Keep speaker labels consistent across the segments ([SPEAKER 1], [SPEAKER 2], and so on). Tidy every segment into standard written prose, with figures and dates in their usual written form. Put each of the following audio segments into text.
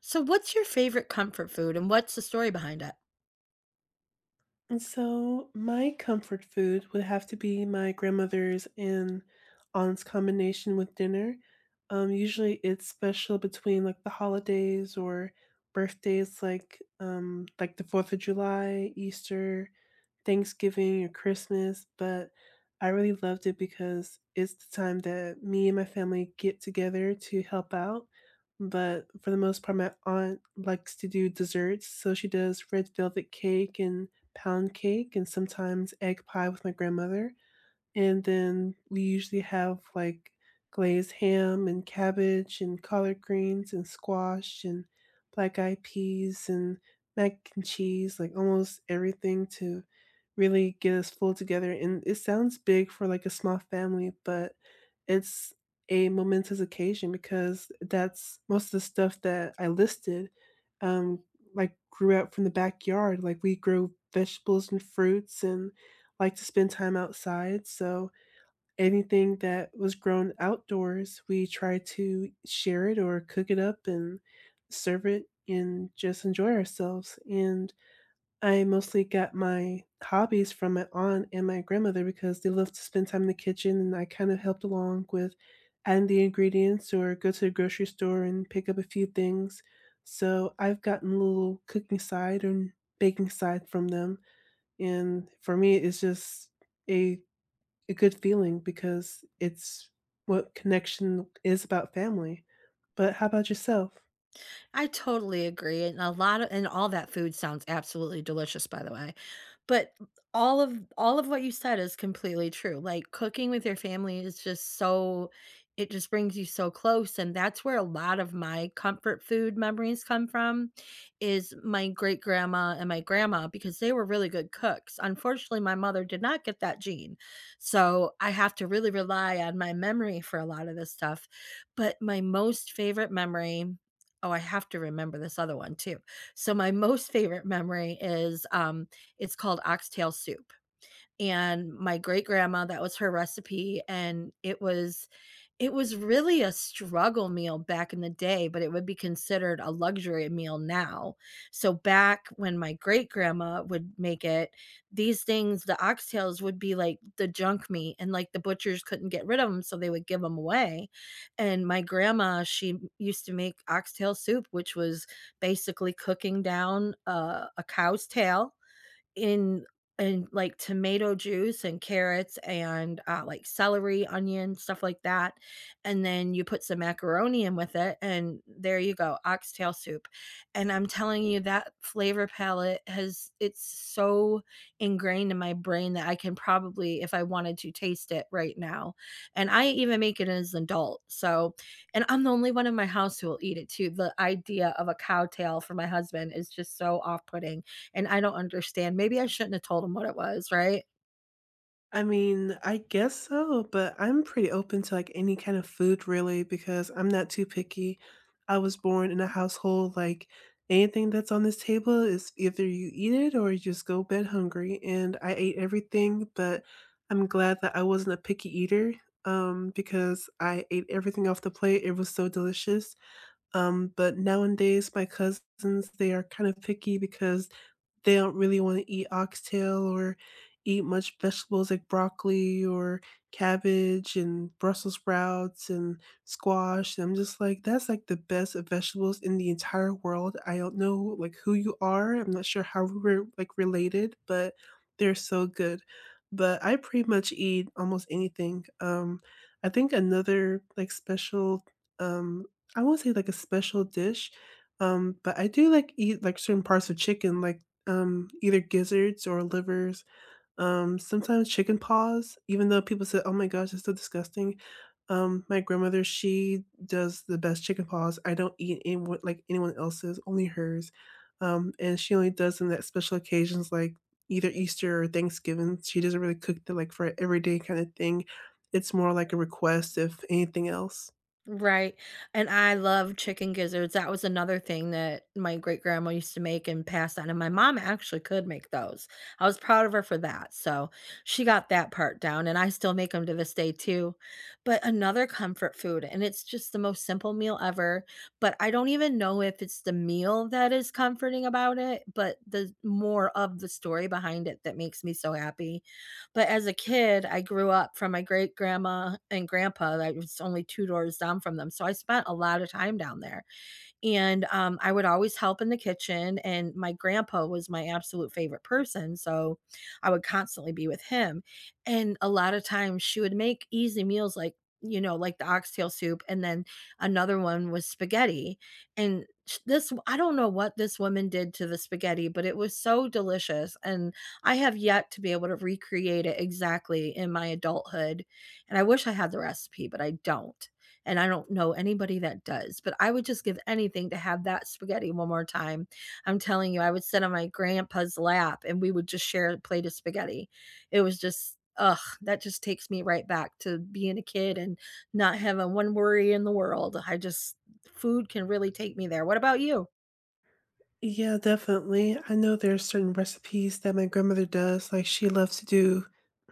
[SPEAKER 1] So what's your favorite comfort food and what's the story behind it?
[SPEAKER 2] And so my comfort food would have to be my grandmother's and aunt's combination with dinner. Usually it's special between like the holidays or birthdays like the 4th of July, Easter, Thanksgiving or Christmas, but I really loved it because it's the time that me and my family get together to help out. But for the most part, my aunt likes to do desserts. So she does red velvet cake and pound cake and sometimes egg pie with my grandmother. And then we usually have, like, glazed ham and cabbage and collard greens and squash and black-eyed peas and mac and cheese, like, almost everything to really get us full together, and it sounds big for, like, a small family, but it's a momentous occasion because that's most of the stuff that I listed, um, like, grew out from the backyard, like, we grew vegetables and fruits and like to spend time outside. So anything that was grown outdoors, we try to share it or cook it up and serve it and just enjoy ourselves. And I mostly got my hobbies from my aunt and my grandmother because they love to spend time in the kitchen and I kind of helped along with adding the ingredients or go to the grocery store and pick up a few things. So I've gotten a little cooking side and baking side from them. And for me, it's just a a good feeling because it's what connection is about family. But how about yourself?
[SPEAKER 1] I totally agree, and a lot of and all that food sounds absolutely delicious, by the way. But all of what you said is completely true. Like, cooking with your family is just so, it just brings you so close, and that's where a lot of my comfort food memories come from, is my great-grandma and my grandma because they were really good cooks. Unfortunately, my mother did not get that gene, so I have to really rely on my memory for a lot of this stuff. But my most favorite memory, oh, I have to remember this other one too. So my most favorite memory is, it's called oxtail soup. And my great grandma, that was her recipe. And it was really a struggle meal back in the day, but it would be considered a luxury meal now. So back when my great grandma would make it, these things, the oxtails would be like the junk meat and like the butchers couldn't get rid of them, so they would give them away. And my grandma, she used to make oxtail soup, which was basically cooking down a cow's tail in in like tomato juice and carrots and, like celery, onion, stuff like that, and then you put some macaroni in with it, and there you go, oxtail soup, and I'm telling you that flavor palette has it's so ingrained in my brain that I can probably, if I wanted to, taste it right now, and I even make it as an adult, so and I'm the only one in my house who will eat it too. The idea of a cow tail for my husband is just so off-putting, and I don't understand. Maybe I shouldn't have told him what it was, right?
[SPEAKER 2] I mean, I guess so, but I'm pretty open to like any kind of food really because I'm not too picky. I was born in a household like anything that's on this table is either you eat it or you just go bed hungry. And I ate everything, but I'm glad that I wasn't a picky eater because I ate everything off the plate. It was so delicious. But nowadays, my cousins, they are kind of picky because they don't really want to eat oxtail or eat much vegetables like broccoli or cabbage and Brussels sprouts and squash. And I'm just like, that's like the best of vegetables in the entire world. I don't know like who you are. I'm not sure how we're like related, but they're so good. But I pretty much eat almost anything. I think another like special, um, I won't say like a special dish, but I do like eat like certain parts of chicken, like either gizzards or livers, sometimes chicken paws, even though people say, "Oh my gosh, it's so disgusting." My grandmother, she does the best chicken paws. I don't eat anyone like anyone else's, only hers. And she only does them at special occasions like either Easter or Thanksgiving. She doesn't really cook the like for everyday kind of thing. It's more like a request if anything else.
[SPEAKER 1] Right. And I love chicken gizzards. That was another thing that my great grandma used to make and pass on. And my mom actually could make those. I was proud of her for that. So she got that part down. And I still make them to this day, too. But another comfort food, and it's just the most simple meal ever. But I don't even know if it's the meal that is comforting about it, but the more of the story behind it that makes me so happy. But as a kid, I grew up from my great grandma and grandpa. I was only 2 doors down from them, so I spent a lot of time down there. And I would always help in the kitchen. And my grandpa was my absolute favorite person. So I would constantly be with him. And a lot of times she would make easy meals like, you know, like the oxtail soup. And then another one was spaghetti. And this, I don't know what this woman did to the spaghetti, but it was so delicious. And I have yet to be able to recreate it exactly in my adulthood. And I wish I had the recipe, but I don't, and I don't know anybody that does, but I would just give anything to have that spaghetti one more time. I'm telling you, I would sit on my grandpa's lap and we would just share a plate of spaghetti. It was just ugh, that just takes me right back to being a kid and not having one worry in the world. I just food can really take me there. What about you?
[SPEAKER 2] Yeah, definitely. I know there's certain recipes that my grandmother does, like, she loves to do,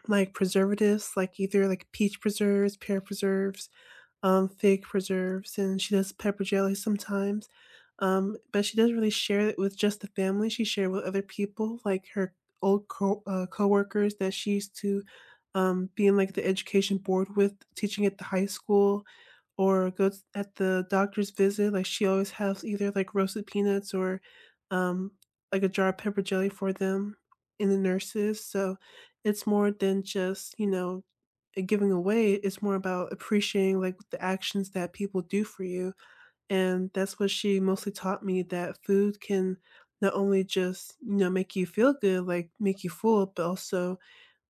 [SPEAKER 2] like, preservatives, like, either, like, peach preserves, pear preserves, fig preserves, and she does pepper jelly sometimes, but she doesn't really share it with just the family, she share with other people, like, her old co coworkers that she used to, be in, like, the education board with, teaching at the high school, or goes at the doctor's visit, like, she always has either, like, roasted peanuts or, um, like, a jar of pepper jelly for them and the nurses, so it's more than just, you know, giving away, it's more about appreciating, like, the actions that people do for you, and that's what she mostly taught me, that food can not only just, you know, make you feel good, like, make you full, but also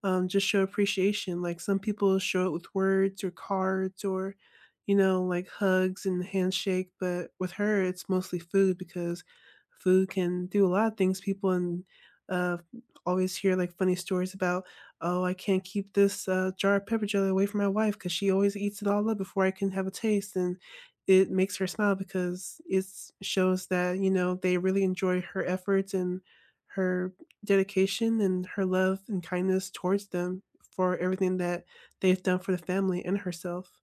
[SPEAKER 2] just show appreciation. Like some people show it with words or cards or, you know, like hugs and handshake. But with her, it's mostly food because food can do a lot of things. People and uh, always hear like funny stories about, oh, I can't keep this jar of pepper jelly away from my wife because she always eats it all up before I can have a taste. And it makes her smile because it shows that, you know, they really enjoy her efforts and her dedication and her love and kindness towards them for everything that they've done for the family and herself.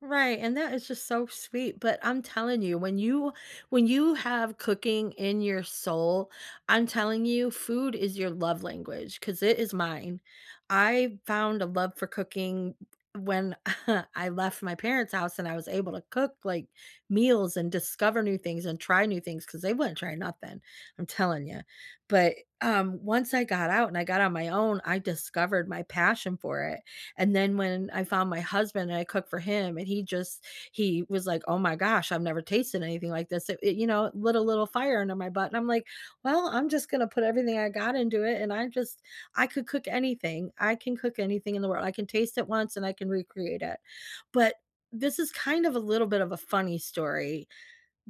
[SPEAKER 1] Right, and that is just so sweet, but I'm telling you, when you have cooking in your soul, I'm telling you, food is your love language because it is mine. I found a love for cooking when I left my parents' house and I was able to cook, like, meals and discover new things and try new things because they wouldn't try nothing, I'm telling you. But, once I got out and I got on my own, I discovered my passion for it. And then when I found my husband and I cooked for him, and he just he was like, "Oh my gosh, I've never tasted anything like this." You know, lit a little fire under my butt, and I'm like, "Well, I'm just gonna put everything I got into it, and I just I could cook anything. I can cook anything in the world. I can taste it once, and I can recreate it." But this is kind of a little bit of a funny story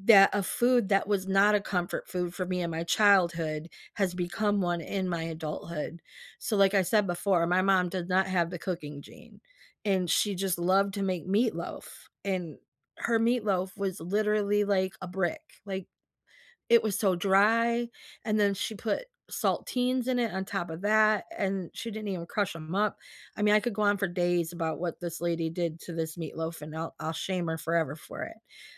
[SPEAKER 1] that a food that was not a comfort food for me in my childhood has become one in my adulthood. So, like I said before, my mom did not have the cooking gene, and she just loved to make meatloaf. And her meatloaf was literally like a brick. Like it was so dry, and then she put saltines in it on top of that, and she didn't even crush them up. I mean, I could go on for days about what this lady did to this meatloaf, and I'll shame her forever for it.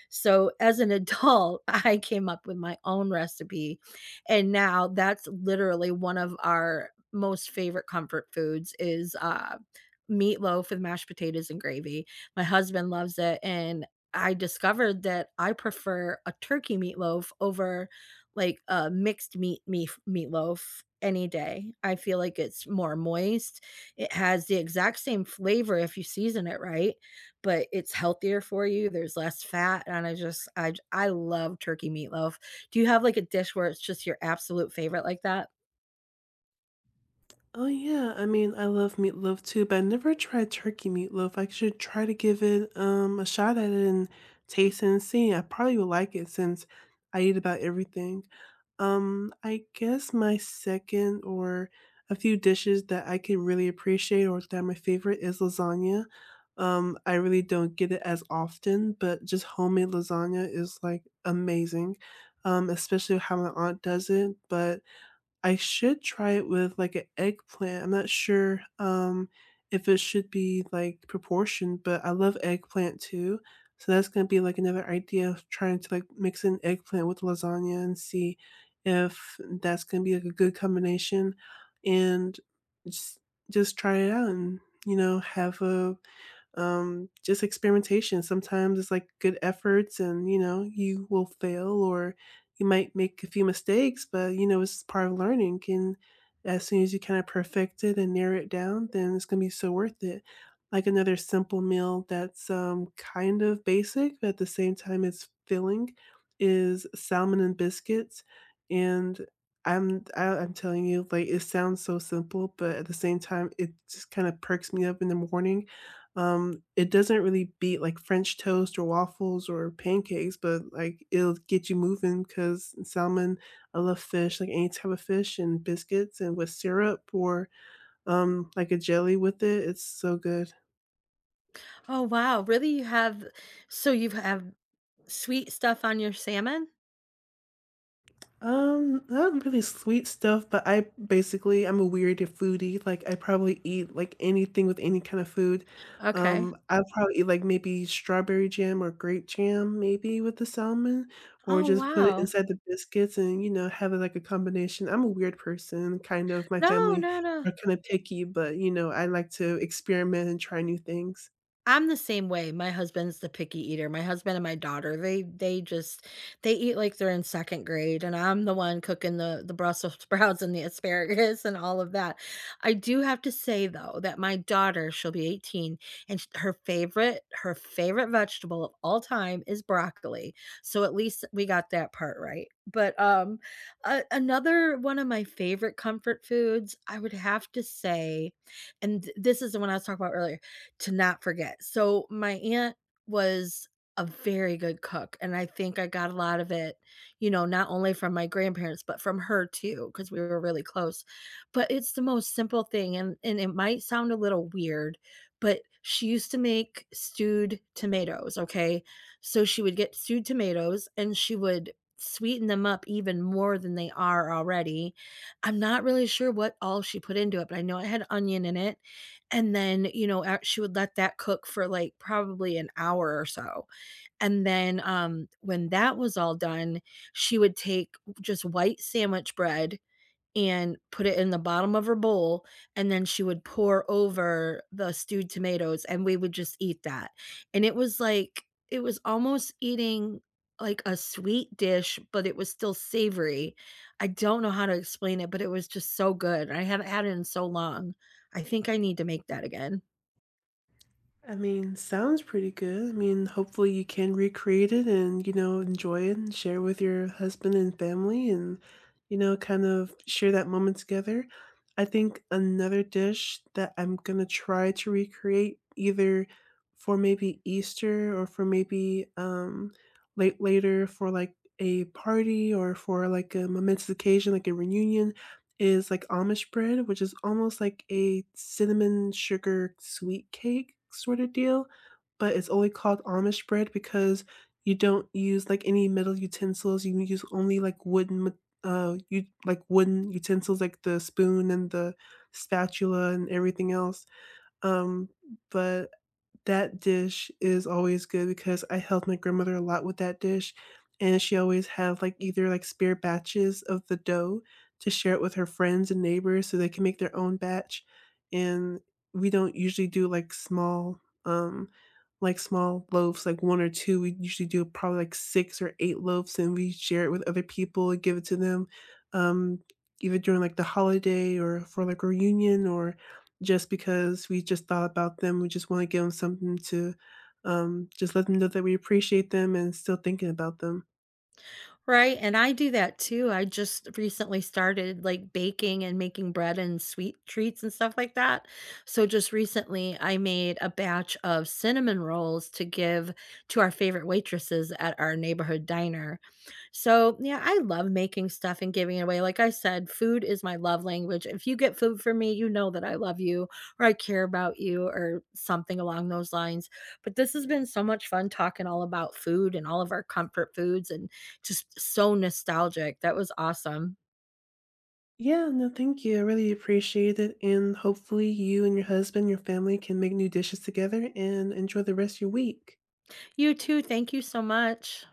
[SPEAKER 1] So, as an adult, I came up with my own recipe, and now that's literally one of our most favorite comfort foods is, meatloaf with mashed potatoes and gravy. My husband loves it, and I discovered that I prefer a turkey meatloaf over, like, a mixed meat meatloaf any day. I feel like it's more moist, it has the exact same flavor if you season it right, but it's healthier for you, there's less fat, and I just I j I love turkey meatloaf. Do you have, like, a dish where it's just your absolute favorite like that?
[SPEAKER 2] Oh yeah, I mean, I love meatloaf too, but I never tried turkey meatloaf. I should try to give it a shot at it and taste and see. I probably would like it since I eat about everything. I guess my second or a few dishes that I can really appreciate or that are my favorite is lasagna. I really don't get it as often, but just homemade lasagna is like amazing. Especially how my aunt does it, but I should try it with, like, an eggplant. I'm not sure, if it should be, like, proportioned, but I love eggplant too, so that's gonna be, like, another idea of trying to, like, mix an eggplant with lasagna and see if that's gonna be, like, a good combination, and just just try it out and, you know, have a just experimentation. Sometimes it's like good efforts and, you know, you will fail or you might make a few mistakes, but, you know, it's part of learning. And as soon as you kind of perfect it and narrow it down, then it's going to be so worth it. Like another simple meal that's kind of basic, but at the same time, it's filling is salmon and biscuits. And I'm telling you, like it sounds so simple, but at the same time, it just kind of perks me up in the morning it doesn't really beat, like, French toast or waffles or pancakes, but, like, it'll get you moving because salmon I love fish, like, any type of fish and biscuits and with syrup or, like, a jelly with it, it's so good.
[SPEAKER 1] Oh, wow, really? You have so you have sweet stuff on your salmon?
[SPEAKER 2] Not really sweet stuff, but I basically I'm a weird foodie. Like I probably eat like anything with any kind of food.
[SPEAKER 1] Okay.
[SPEAKER 2] I'll probably eat like maybe strawberry jam or grape jam, maybe with the salmon, or
[SPEAKER 1] Oh,
[SPEAKER 2] just put it
[SPEAKER 1] wow.
[SPEAKER 2] inside the biscuits and you know have it like a combination. I'm a weird person, kind of. My
[SPEAKER 1] No,
[SPEAKER 2] family
[SPEAKER 1] no, no.
[SPEAKER 2] are kind of picky, but you know I like to experiment and try new things.
[SPEAKER 1] I'm the same way. My husband's the picky eater. My husband and my daughter, they just they eat like they're in second grade, and I'm the one cooking the Brussels sprouts and the asparagus and all of that. I do have to say though that my daughter, she'll be 18, and her favorite vegetable of all time is broccoli. So at least we got that part right. But another one of my favorite comfort foods, I would have to say, and this is the one I was talking about earlier to not forget. So my aunt was a very good cook, and I think I got a lot of it, you know, not only from my grandparents, but from her too, because we were really close. But it's the most simple thing, and it might sound a little weird, but she used to make stewed tomatoes, okay? So she would get stewed tomatoes and she would sweeten them up even more than they are already. I'm not really sure what all she put into it, but I know it had onion in it. And then, you know, a she would let that cook for, like, probably an hour or so, and then, when that was all done, she would take just white sandwich bread and put it in the bottom of her bowl, and then she would pour over the stewed tomatoes, and we would just eat that, and it was like it was almost eating like a sweet dish, but it was still savory. I don't know how to explain it, but it was just so good. I haven't had it in so long. I think I need to make that again.
[SPEAKER 2] I mean, sounds pretty good. I mean, hopefully you can recreate it and, you know, enjoy it and share with your husband and family and, you know, kind of share that moment together. I think another dish that I'm gonna try to recreate either for maybe Easter or for maybe late later for like a party or for like a momentous occasion, like a reunion, is like Amish bread, which is almost like a cinnamon sugar sweet cake sort of deal, but it's only called Amish bread because you don't use like any metal utensils. You use only like you like wooden utensils like the spoon and the spatula and everything else. Um, but that dish is always good because I helped my grandmother a lot with that dish, and she always have, like, either, like, spare batches of the dough to share it with her friends and neighbors so they can make their own batch, and we don't usually do, um, like, small loaves, like 1 or 2, we usually do probably, like, 6 or 8 loaves, and we share it with other people and give it to them, um, either during, like, the holiday or for, like, a reunion or just because we just thought about them. We just want to give them something to just let them know that we appreciate them and still thinking about them.
[SPEAKER 1] Right, and I do that too. I just recently started, like, baking and making bread and sweet treats and stuff like that. So, just recently, I made a batch of cinnamon rolls to give to our favorite waitresses at our neighborhood diner. So, yeah, I love making stuff and giving it away. Like I said, food is my love language. If you get food from me, you know that I love you or I care about you or something along those lines. But this has been so much fun talking all about food and all of our comfort foods and just so nostalgic. That was awesome.
[SPEAKER 2] Yeah, no, thank you. I really appreciate it. And hopefully, you and your husband, your family can make new dishes together and enjoy the rest of your week.
[SPEAKER 1] You too. Thank you so much.